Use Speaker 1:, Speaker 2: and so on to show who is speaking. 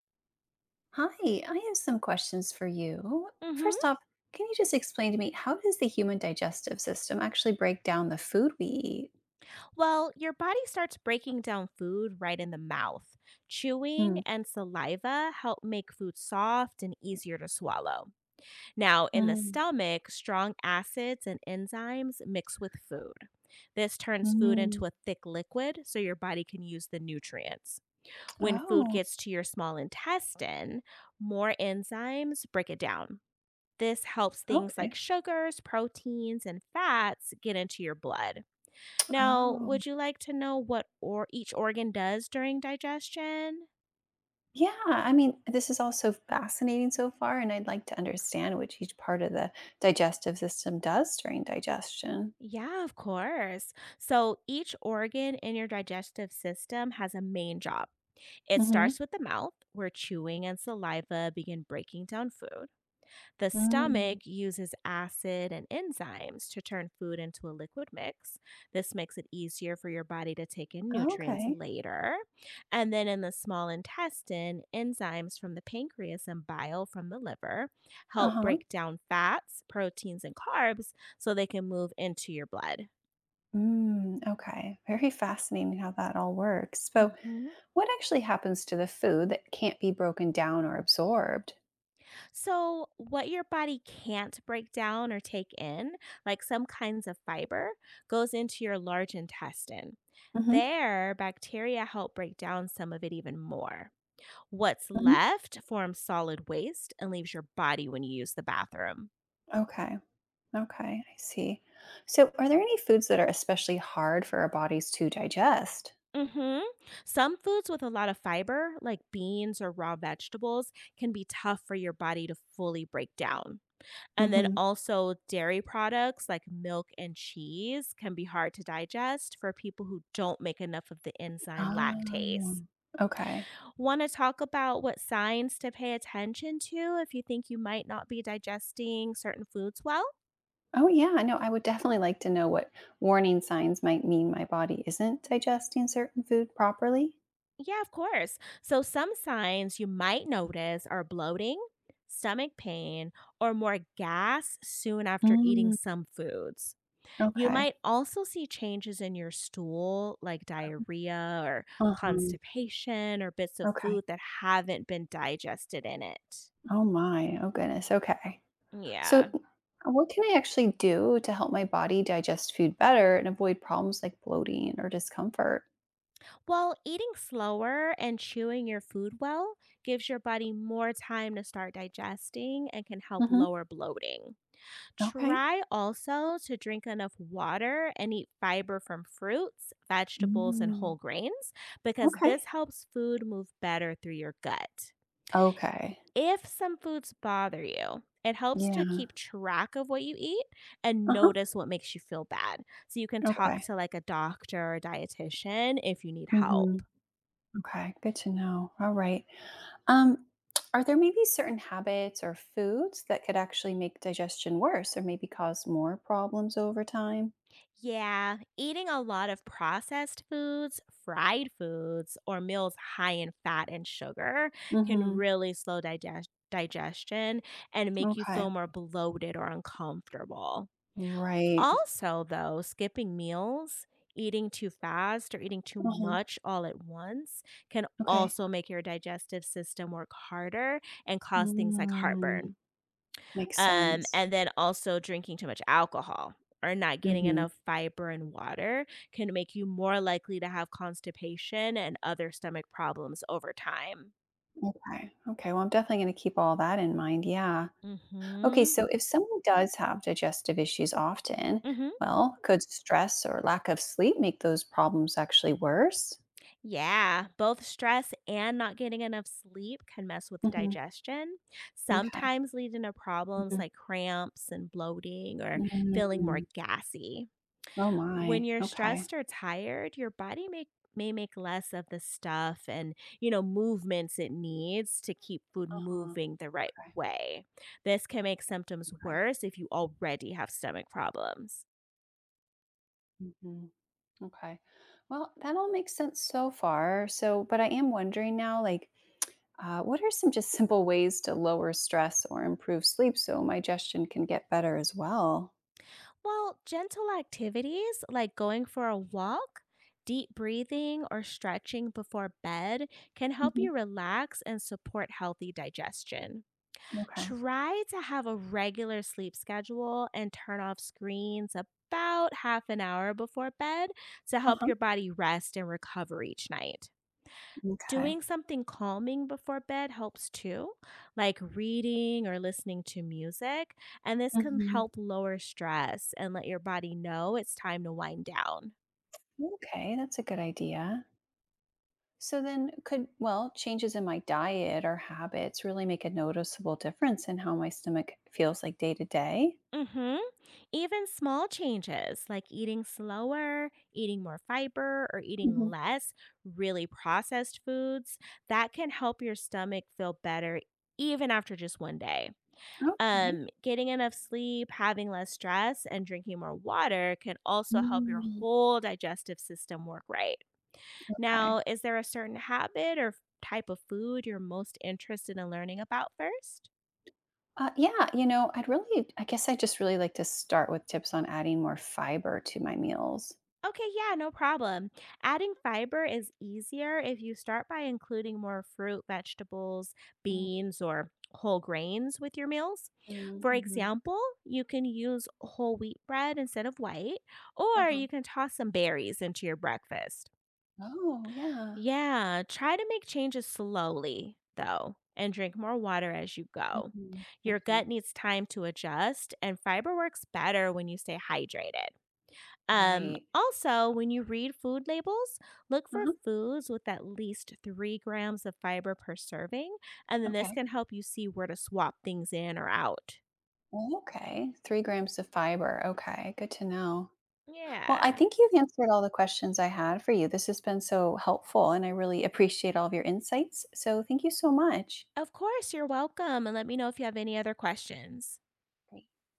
Speaker 1: Hi, I have some questions for you.
Speaker 2: Mhm.
Speaker 1: First off, can you just explain to me how does the human digestive system actually break down the food we eat?
Speaker 2: Well, your body starts breaking down food right in the mouth. Chewing
Speaker 1: Hmm.
Speaker 2: and saliva help make food soft and easier to swallow. Now, in the
Speaker 1: Mm,
Speaker 2: stomach, strong acids and enzymes mix with food. This turns food
Speaker 1: mm.
Speaker 2: into a thick liquid so your body can use the nutrients. When food
Speaker 1: Oh,
Speaker 2: gets to your small intestine, more enzymes break it down. This helps things like
Speaker 1: okay.
Speaker 2: sugars, proteins, and fats get into your blood. Now,
Speaker 1: Oh,
Speaker 2: would you like to know what or each organ does during digestion?
Speaker 1: yeah. I mean, this is all so fascinating so far, and I'd like to understand which each part of the digestive system does during digestion.
Speaker 2: Yeah, of course. So each organ in your digestive system has a main job. It
Speaker 1: Hmm.
Speaker 2: starts with the mouth, where chewing and saliva begin breaking down food. The
Speaker 1: Mm.
Speaker 2: stomach uses acid and enzymes to turn food into a liquid mix. This makes it easier for your body to take in nutrients
Speaker 1: Okay.
Speaker 2: later. And then in the small intestine, enzymes from the pancreas and bile from the liver
Speaker 1: Uh
Speaker 2: help
Speaker 1: huh.
Speaker 2: break down fats, proteins, and carbs so they can move into your blood.
Speaker 1: Mm, okay. Very fascinating how that all works. So,
Speaker 2: Mhm.
Speaker 1: what actually happens to the food that can't be broken down or absorbed?
Speaker 2: So, what your body can't break down or take in, like some kinds of fiber, goes into your large intestine.
Speaker 1: Hmm.
Speaker 2: There, bacteria help break down some of it even more. What's
Speaker 1: Hmm.
Speaker 2: left forms solid waste and leaves your body when you use the bathroom.
Speaker 1: Okay. Okay, I see. So, are there any foods that are especially hard for our bodies to digest?
Speaker 2: Mhm. Some foods with a lot of fiber, like beans or raw vegetables, can be tough for your body to fully break down. And then
Speaker 1: Hmm.
Speaker 2: also dairy products like milk and cheese can be hard to digest for people who don't make enough of the enzyme
Speaker 1: Oh,
Speaker 2: lactase.
Speaker 1: okay.
Speaker 2: Want to talk about what signs to pay attention to if you think you might not be digesting certain foods well?
Speaker 1: Oh, yeah. No, I would definitely like to know what warning signs might mean my body isn't digesting certain food properly.
Speaker 2: Yeah, of course. So, some signs you might notice are bloating, stomach pain, or more gas soon after eating
Speaker 1: Mm,
Speaker 2: some foods. You
Speaker 1: okay.
Speaker 2: might also see changes in your stool, like diarrhea or
Speaker 1: Uh-huh.
Speaker 2: constipation, or bits of
Speaker 1: Okay.
Speaker 2: food that haven't been digested in it.
Speaker 1: Oh, my. Oh, goodness. Okay. So,
Speaker 2: Yeah.
Speaker 1: what can I actually do to help my body digest food better and avoid problems like bloating or discomfort?
Speaker 2: Well, eating slower and chewing your food well gives your body more time to start digesting and can help
Speaker 1: Hmm.
Speaker 2: lower bloating.
Speaker 1: Okay.
Speaker 2: Try also to drink enough water and eat fiber from fruits, vegetables, and
Speaker 1: Mm.
Speaker 2: whole grains because
Speaker 1: Okay.
Speaker 2: this helps food move better through your gut.
Speaker 1: Okay.
Speaker 2: If some foods bother you, it helps to
Speaker 1: Yeah.
Speaker 2: keep track of what you eat and
Speaker 1: Uh huh.
Speaker 2: notice what makes you feel bad. So you can talk
Speaker 1: Okay.
Speaker 2: to like a doctor or dietitian if you need
Speaker 1: Hmm.
Speaker 2: help.
Speaker 1: Okay. Good to know. All right. Um, are there maybe certain habits or foods that could actually make digestion worse or maybe cause more problems over time?
Speaker 2: Yeah, eating a lot of processed foods, fried foods, or meals high in fat and sugar can
Speaker 1: Mm-hmm.
Speaker 2: really slow digestion and make you
Speaker 1: Okay.
Speaker 2: feel more bloated or uncomfortable.
Speaker 1: Right.
Speaker 2: Also, though, skipping meals, eating too fast, or eating too
Speaker 1: Uh huh.
Speaker 2: much all at once can
Speaker 1: Okay.
Speaker 2: also make your digestive system work harder and cause things like
Speaker 1: Mm,
Speaker 2: heartburn,
Speaker 1: makes sense.
Speaker 2: and then also drinking too much alcohol or not getting
Speaker 1: Mm-hmm.
Speaker 2: enough fiber and water can make you more likely to have constipation and other stomach problems over time.
Speaker 1: Okay. Okay. Well, I'm definitely going to keep all that in mind. Yeah. Okay.
Speaker 2: Mhm.
Speaker 1: So, if someone does have digestive issues often,
Speaker 2: Mhm.
Speaker 1: well, could stress or lack of sleep make those problems actually worse?
Speaker 2: Yeah, both stress and not getting enough sleep can mess with
Speaker 1: Hmm.
Speaker 2: digestion,
Speaker 1: Okay.
Speaker 2: sometimes leading to problems
Speaker 1: Hmm.
Speaker 2: like cramps and bloating or feeling more
Speaker 1: Mm.
Speaker 2: gassy.
Speaker 1: Oh,
Speaker 2: When
Speaker 1: my.
Speaker 2: you're
Speaker 1: Okay.
Speaker 2: stressed or tired, your body may make less of the stuff and movements it needs to keep food
Speaker 1: Uh-huh.
Speaker 2: moving the right
Speaker 1: Okay.
Speaker 2: way. This can make symptoms
Speaker 1: Okay.
Speaker 2: worse if you already have stomach problems.
Speaker 1: Hmm. Okay. Well, that all makes sense so far. So, but I am wondering now, like, what are some just simple ways to lower stress or improve sleep so my digestion can get better as well?
Speaker 2: Well, gentle activities like going for a walk, deep breathing, or stretching before bed can help you relax and support healthy digestion.
Speaker 1: Okay.
Speaker 2: Try to have a regular sleep schedule and turn off screens about half an hour before bed to help
Speaker 1: Uh-huh.
Speaker 2: your body rest and recover each night.
Speaker 1: Okay.
Speaker 2: Doing something calming before bed helps too, like reading or listening to music, and this can
Speaker 1: Mhm.
Speaker 2: help lower stress and let your body know it's time to wind down.
Speaker 1: Okay, that's a good idea. So then changes in my diet or habits really make a noticeable difference in how my stomach feels like day to day?
Speaker 2: Mhm. Even small changes like eating slower, eating more fiber, or eating
Speaker 1: Hmm.
Speaker 2: less really processed foods, that can help your stomach feel better even after just one day.
Speaker 1: Okay.
Speaker 2: Getting enough sleep, having less stress, and drinking more water can also help your
Speaker 1: Mm,
Speaker 2: whole digestive system work right.
Speaker 1: okay.
Speaker 2: Now, is there a certain habit or type of food you're most interested in learning about first?
Speaker 1: Yeah, I guess I just really like to start with tips on adding more fiber to my meals.
Speaker 2: Okay, yeah, no problem. Adding fiber is easier if you start by including more fruit, vegetables, beans, or whole grains with your meals. For
Speaker 1: Mm-hmm,
Speaker 2: example, you can use whole wheat bread instead of white, or
Speaker 1: Uh-huh.
Speaker 2: you can toss some berries into your breakfast.
Speaker 1: Oh, yeah.
Speaker 2: Yeah, try to make changes slowly, though, and drink more water as you go.
Speaker 1: Hmm.
Speaker 2: Your
Speaker 1: Okay.
Speaker 2: gut needs time to adjust, and fiber works better when you stay hydrated.
Speaker 1: Right.
Speaker 2: Also, when you read food labels, look for
Speaker 1: Uh-huh.
Speaker 2: foods with at least 3 grams of fiber per serving, and then this
Speaker 1: Okay.
Speaker 2: can help you see where to swap things in or out.
Speaker 1: Oh, okay, 3 grams of fiber. Okay, good to know. Well, I
Speaker 2: Yeah.
Speaker 1: think you've answered all the questions I had for you. This has been so helpful, and I really appreciate all of your insights. So, thank you so much.
Speaker 2: Of course, you're welcome, and let me know if you have any other questions.
Speaker 1: Great.